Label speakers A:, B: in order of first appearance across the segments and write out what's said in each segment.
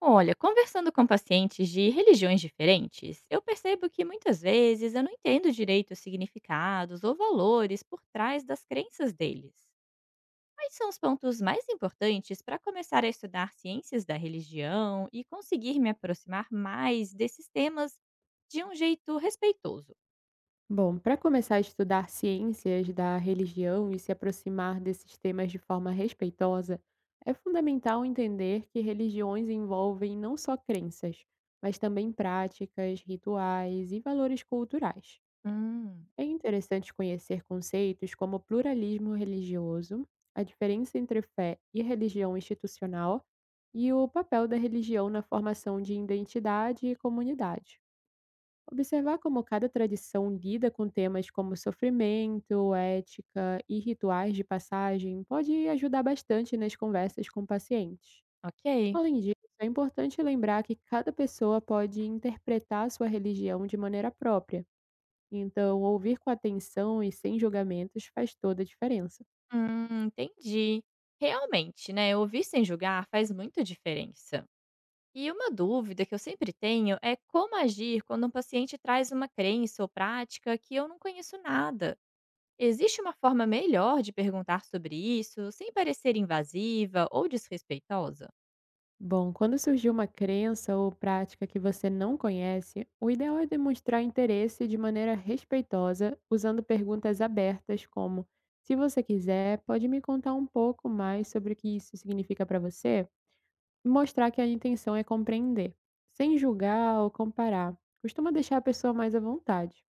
A: Olha, conversando com pacientes de religiões diferentes, eu percebo que muitas vezes eu não entendo direito os significados ou valores por trás das crenças deles. Quais são os pontos mais importantes para começar a estudar ciências da religião e conseguir me aproximar mais desses temas de um jeito respeitoso?
B: Bom, para começar a estudar ciências da religião e se aproximar desses temas de forma respeitosa, é fundamental entender que religiões envolvem não só crenças, mas também práticas, rituais e valores culturais.
A: Hum,
B: É interessante conhecer conceitos como pluralismo religioso, a diferença entre fé e religião institucional e o papel da religião na formação de identidade e comunidade. Observar como cada tradição lida com temas como sofrimento, ética e rituais de passagem pode ajudar bastante nas conversas com pacientes.
A: ok.
B: Além disso, é importante lembrar que cada pessoa pode interpretar sua religião de maneira própria, então ouvir com atenção e sem julgamentos faz toda a diferença.
A: Entendi. Realmente, né? Ouvir sem julgar faz muita diferença. E uma dúvida que eu sempre tenho é como agir quando um paciente traz uma crença ou prática que eu não conheço nada. Existe uma forma melhor de perguntar sobre isso sem parecer invasiva ou desrespeitosa?
B: Bom, quando surgir uma crença ou prática que você não conhece, o ideal é demonstrar interesse de maneira respeitosa, usando perguntas abertas como: se você quiser, pode me contar um pouco mais sobre o que isso significa para você? E mostrar que a intenção é compreender, sem julgar ou comparar. Costuma deixar a pessoa mais à vontade.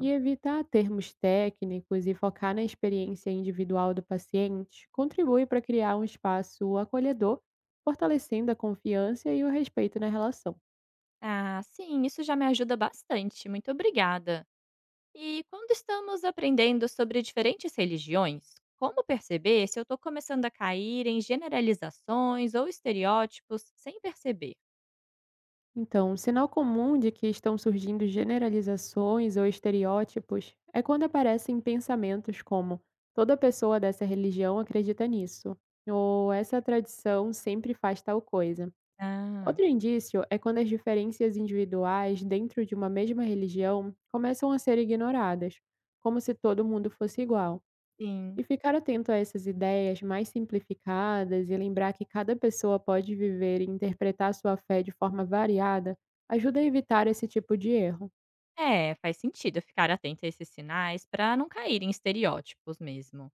B: E evitar termos técnicos e focar na experiência individual do paciente contribui para criar um espaço acolhedor, fortalecendo a confiança e o respeito na relação.
A: Ah, sim, isso já me ajuda bastante. Muito obrigada. E quando estamos aprendendo sobre diferentes religiões, como perceber se eu estou começando a cair em generalizações ou estereótipos sem perceber?
B: Então, sinal comum de que estão surgindo generalizações ou estereótipos é quando aparecem pensamentos como toda pessoa dessa religião acredita nisso, ou essa tradição sempre faz tal coisa.
A: Ah,
B: Outro indício é quando as diferenças individuais dentro de uma mesma religião começam a ser ignoradas, como se todo mundo fosse igual. E
A: sim.
B: ficar atento a essas ideias mais simplificadas e lembrar que cada pessoa pode viver e interpretar sua fé de forma variada ajuda a evitar esse tipo de erro.
A: É, faz sentido eu ficar atenta a esses sinais para não cair em estereótipos mesmo.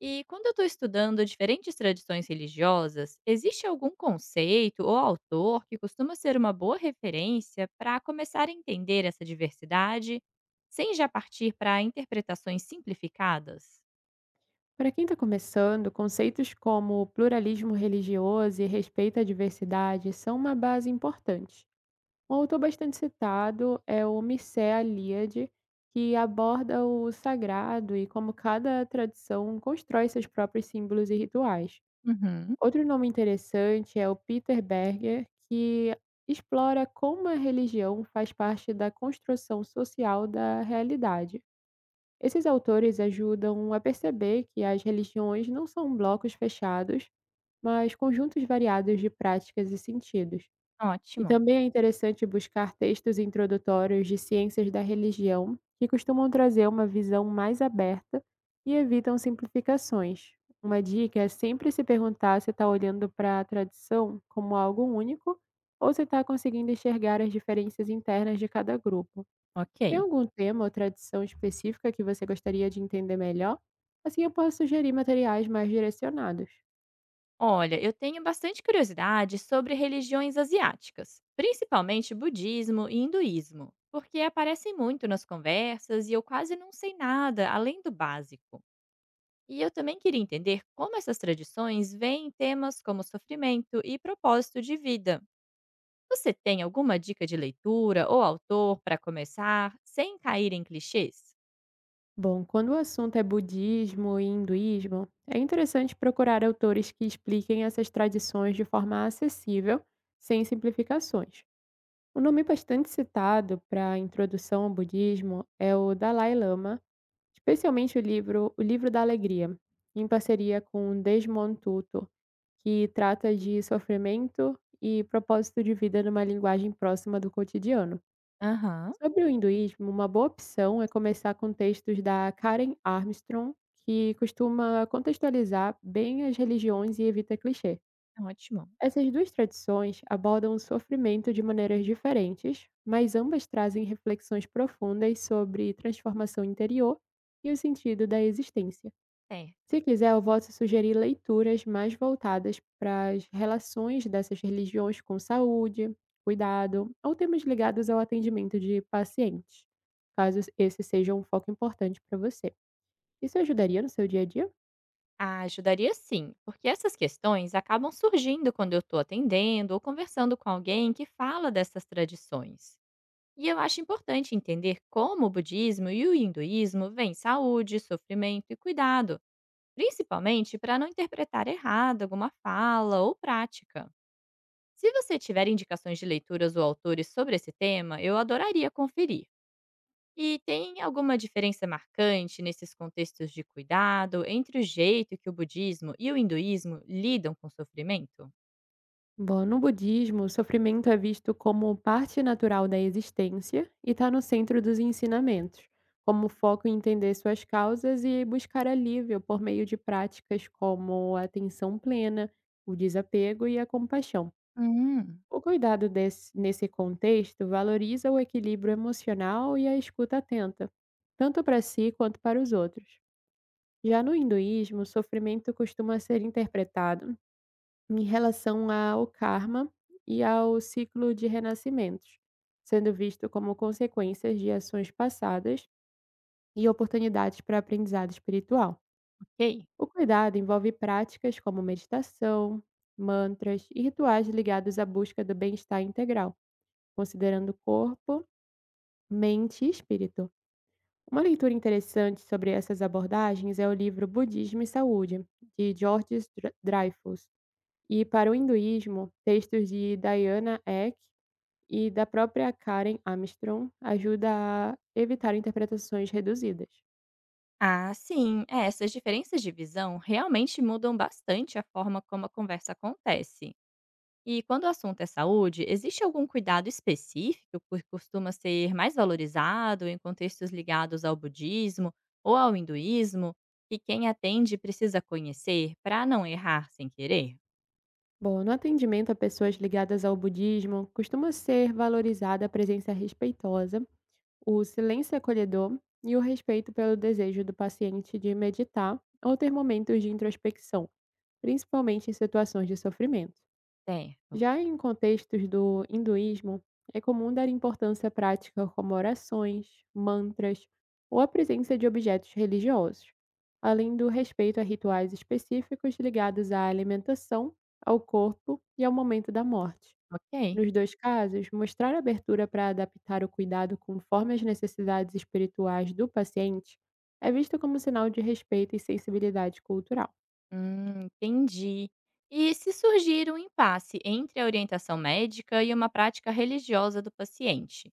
A: E quando eu estou estudando diferentes tradições religiosas, existe algum conceito ou autor que costuma ser uma boa referência para começar a entender essa diversidade, sem já partir para interpretações simplificadas?
B: Para quem está começando, conceitos como pluralismo religioso e respeito à diversidade são uma base importante. Um autor bastante citado é o Mircea Eliade, que aborda o sagrado e como cada tradição constrói seus próprios símbolos e rituais.
A: Uhum.
B: Outro nome interessante é o Peter Berger, que explora como a religião faz parte da construção social da realidade. Esses autores ajudam a perceber que as religiões não são blocos fechados, mas conjuntos variados de práticas e sentidos. E
A: Ótimo.
B: também é interessante buscar textos introdutórios de ciências da religião, que costumam trazer uma visão mais aberta e evitam simplificações. Uma dica é sempre se perguntar se está olhando para a tradição como algo único ou se está conseguindo enxergar as diferenças internas de cada grupo. Tem
A: Ok.
B: algum tema ou tradição específica que você gostaria de entender melhor? Assim eu posso sugerir materiais mais direcionados.
A: Olha, eu tenho bastante curiosidade sobre religiões asiáticas, principalmente budismo e hinduísmo, porque aparecem muito nas conversas e eu quase não sei nada além do básico. E eu também queria entender como essas tradições veem temas como sofrimento e propósito de vida. Você tem alguma dica de leitura ou autor para começar sem cair em clichês?
B: Bom, quando o assunto é budismo e hinduísmo, é interessante procurar autores que expliquem essas tradições de forma acessível, sem simplificações. O nome bastante citado para a introdução ao budismo é o Dalai Lama, especialmente o livro O Livro da Alegria, em parceria com Desmond Tutu, que trata de sofrimento e propósito de vida numa linguagem próxima do cotidiano.
A: Aham,
B: Sobre o hinduísmo, uma boa opção é começar com textos da Karen Armstrong, que costuma contextualizar bem as religiões e evita clichê.
A: ótimo.
B: Essas duas tradições abordam o sofrimento de maneiras diferentes, mas ambas trazem reflexões profundas sobre transformação interior e o sentido da existência.
A: Certo.
B: Se quiser, eu posso sugerir leituras mais voltadas para as relações dessas religiões com saúde, cuidado ou temas ligados ao atendimento de pacientes, caso esse seja um foco importante para você. Isso ajudaria no seu dia a dia?
A: Ah, ajudaria sim, porque essas questões acabam surgindo quando eu estou atendendo ou conversando com alguém que fala dessas tradições. E eu acho importante entender como o budismo e o hinduísmo veem saúde, sofrimento e cuidado, principalmente para não interpretar errado alguma fala ou prática. Se você tiver indicações de leituras ou autores sobre esse tema, eu adoraria conferir. E tem alguma diferença marcante nesses contextos de cuidado entre o jeito que o budismo e o hinduísmo lidam com o sofrimento?
B: Bom, no budismo, o sofrimento é visto como parte natural da existência e está no centro dos ensinamentos, como foco em entender suas causas e buscar alívio por meio de práticas como a atenção plena, o desapego e a compaixão.
A: Hum.
B: O cuidado nesse contexto valoriza o equilíbrio emocional e a escuta atenta, tanto para si quanto para os outros. Já no hinduísmo, o sofrimento costuma ser interpretado em relação ao karma e ao ciclo de renascimentos, sendo visto como consequências de ações passadas e oportunidades para aprendizado espiritual.
A: Ok.
B: O cuidado envolve práticas como meditação, mantras e rituais ligados à busca do bem-estar integral considerando corpo, mente e espírito. Uma leitura interessante sobre essas abordagens é o livro Budismo e Saúde, de George Dreyfus, e para o hinduísmo, textos de Diana Eck e da própria Karen Armstrong ajuda a evitar interpretações reduzidas.
A: Ah, sim. É, essas diferenças de visão realmente mudam bastante a forma como a conversa acontece. E quando o assunto é saúde, existe algum cuidado específico que costuma ser mais valorizado em contextos ligados ao budismo ou ao hinduísmo que quem atende precisa conhecer para não errar sem querer?
B: Bom, no atendimento a pessoas ligadas ao budismo, costuma ser valorizada a presença respeitosa, o silêncio acolhedor e o respeito pelo desejo do paciente de meditar ou ter momentos de introspecção, principalmente em situações de sofrimento.
A: Certo,
B: Já em contextos do hinduísmo, é comum dar importância à prática como orações, mantras ou a presença de objetos religiosos, além do respeito a rituais específicos ligados à alimentação, ao corpo e ao momento da morte.
A: ok.
B: Nos 2 casos, mostrar abertura para adaptar o cuidado conforme as necessidades espirituais do paciente é visto como sinal de respeito e sensibilidade cultural.
A: Entendi. E se surgir um impasse entre a orientação médica e uma prática religiosa do paciente,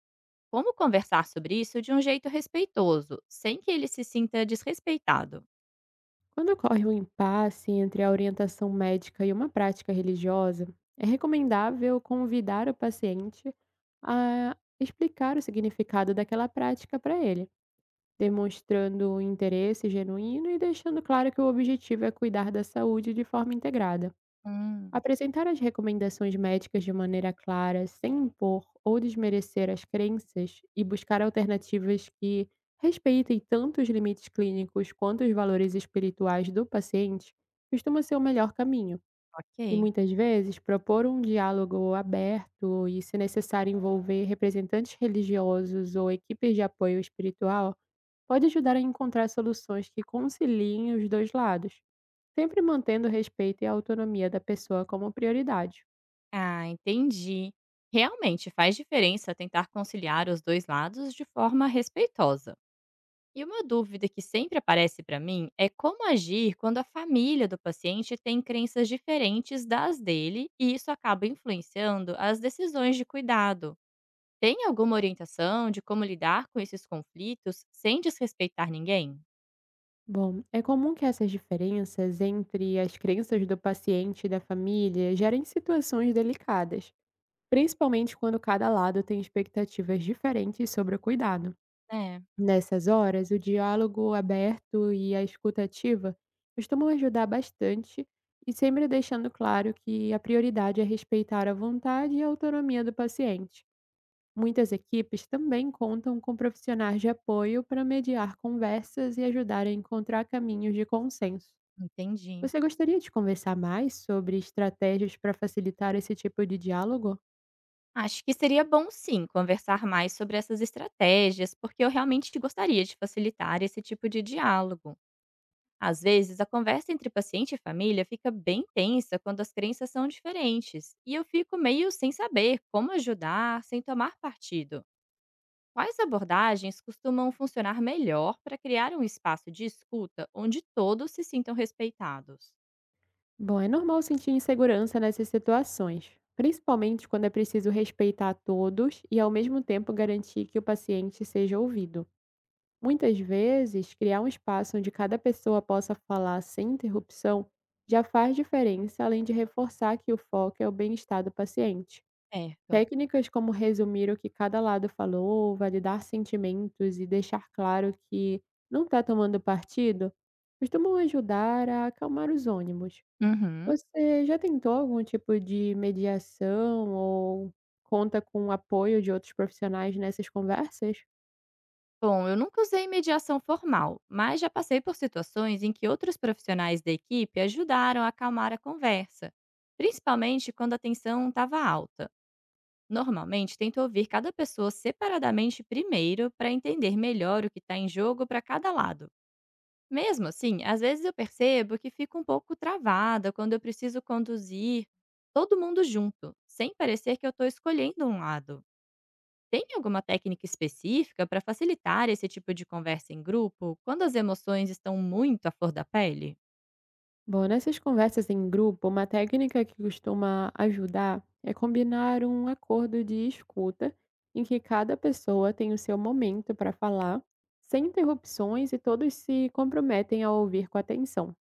A: como conversar sobre isso de um jeito respeitoso, sem que ele se sinta desrespeitado?
B: Quando ocorre um impasse entre a orientação médica e uma prática religiosa, é recomendável convidar o paciente a explicar o significado daquela prática para ele, demonstrando um interesse genuíno e deixando claro que o objetivo é cuidar da saúde de forma integrada.
A: Hum,
B: Apresentar as recomendações médicas de maneira clara, sem impor ou desmerecer as crenças, e buscar alternativas que respeitem tanto os limites clínicos quanto os valores espirituais do paciente, costuma ser o melhor caminho. E
A: ok.
B: muitas vezes, propor um diálogo aberto e, se necessário, envolver representantes religiosos ou equipes de apoio espiritual pode ajudar a encontrar soluções que conciliem os dois lados, sempre mantendo o respeito e a autonomia da pessoa como prioridade.
A: Ah, entendi. Realmente faz diferença tentar conciliar os dois lados de forma respeitosa. E uma dúvida que sempre aparece para mim é como agir quando a família do paciente tem crenças diferentes das dele e isso acaba influenciando as decisões de cuidado. Tem alguma orientação de como lidar com esses conflitos sem desrespeitar ninguém?
B: Bom, é comum que essas diferenças entre as crenças do paciente e da família gerem situações delicadas, principalmente quando cada lado tem expectativas diferentes sobre o cuidado.
A: É,
B: Nessas horas, o diálogo aberto e a escuta ativa costumam ajudar bastante, e sempre deixando claro que a prioridade é respeitar a vontade e a autonomia do paciente. Muitas equipes também contam com profissionais de apoio para mediar conversas e ajudar a encontrar caminhos de consenso.
A: entendi.
B: Você gostaria de conversar mais sobre estratégias para facilitar esse tipo de diálogo?
A: Acho que seria bom sim conversar mais sobre essas estratégias, porque eu realmente gostaria de facilitar esse tipo de diálogo. Às vezes, a conversa entre paciente e família fica bem tensa quando as crenças são diferentes, e eu fico meio sem saber como ajudar sem tomar partido. Quais abordagens costumam funcionar melhor para criar um espaço de escuta onde todos se sintam respeitados?
B: Bom, é normal sentir insegurança nessas situações, principalmente quando é preciso respeitar todos e, ao mesmo tempo, garantir que o paciente seja ouvido. Muitas vezes, criar um espaço onde cada pessoa possa falar sem interrupção já faz diferença, além de reforçar que o foco é o bem-estar do paciente.
A: Certo.
B: Técnicas como resumir o que cada lado falou, validar sentimentos e deixar claro que não está tomando partido costumam ajudar a acalmar os ânimos.
A: Uhum.
B: Você já tentou algum tipo de mediação ou conta com o apoio de outros profissionais nessas conversas?
A: Bom, eu nunca usei mediação formal, mas já passei por situações em que outros profissionais da equipe ajudaram a acalmar a conversa, principalmente quando a tensão estava alta. Normalmente, tento ouvir cada pessoa separadamente primeiro para entender melhor o que está em jogo para cada lado. Mesmo assim, às vezes eu percebo que fico um pouco travada quando eu preciso conduzir todo mundo junto, sem parecer que eu estou escolhendo um lado. Tem alguma técnica específica para facilitar esse tipo de conversa em grupo quando as emoções estão muito à flor da pele?
B: Bom, nessas conversas em grupo, uma técnica que costuma ajudar é combinar um acordo de escuta em que cada pessoa tem o seu momento para falar, sem interrupções, e todos se comprometem a ouvir com atenção.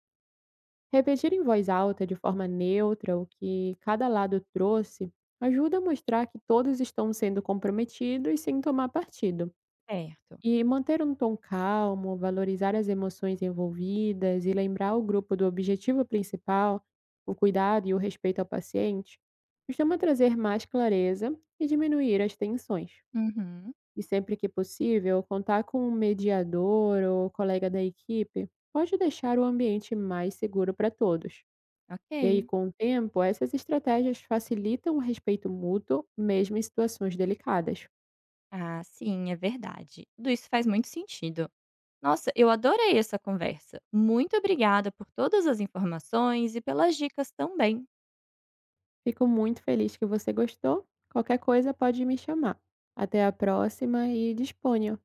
B: Repetir em voz alta, de forma neutra, o que cada lado trouxe, ajuda a mostrar que todos estão sendo comprometidos sem tomar partido.
A: Certo.
B: E manter um tom calmo, valorizar as emoções envolvidas e lembrar o grupo do objetivo principal, o cuidado e o respeito ao paciente, costuma trazer mais clareza e diminuir as tensões.
A: Uhum.
B: E sempre que possível, contar com um mediador ou colega da equipe pode deixar o ambiente mais seguro para todos. E aí,
A: Ok.
B: com o tempo, essas estratégias facilitam o respeito mútuo, mesmo em situações delicadas.
A: Ah, sim, é verdade. Tudo isso faz muito sentido. Nossa, eu adorei essa conversa. Muito obrigada por todas as informações e pelas dicas também.
B: Fico muito feliz que você gostou. Qualquer coisa pode me chamar. Até a próxima e disponha.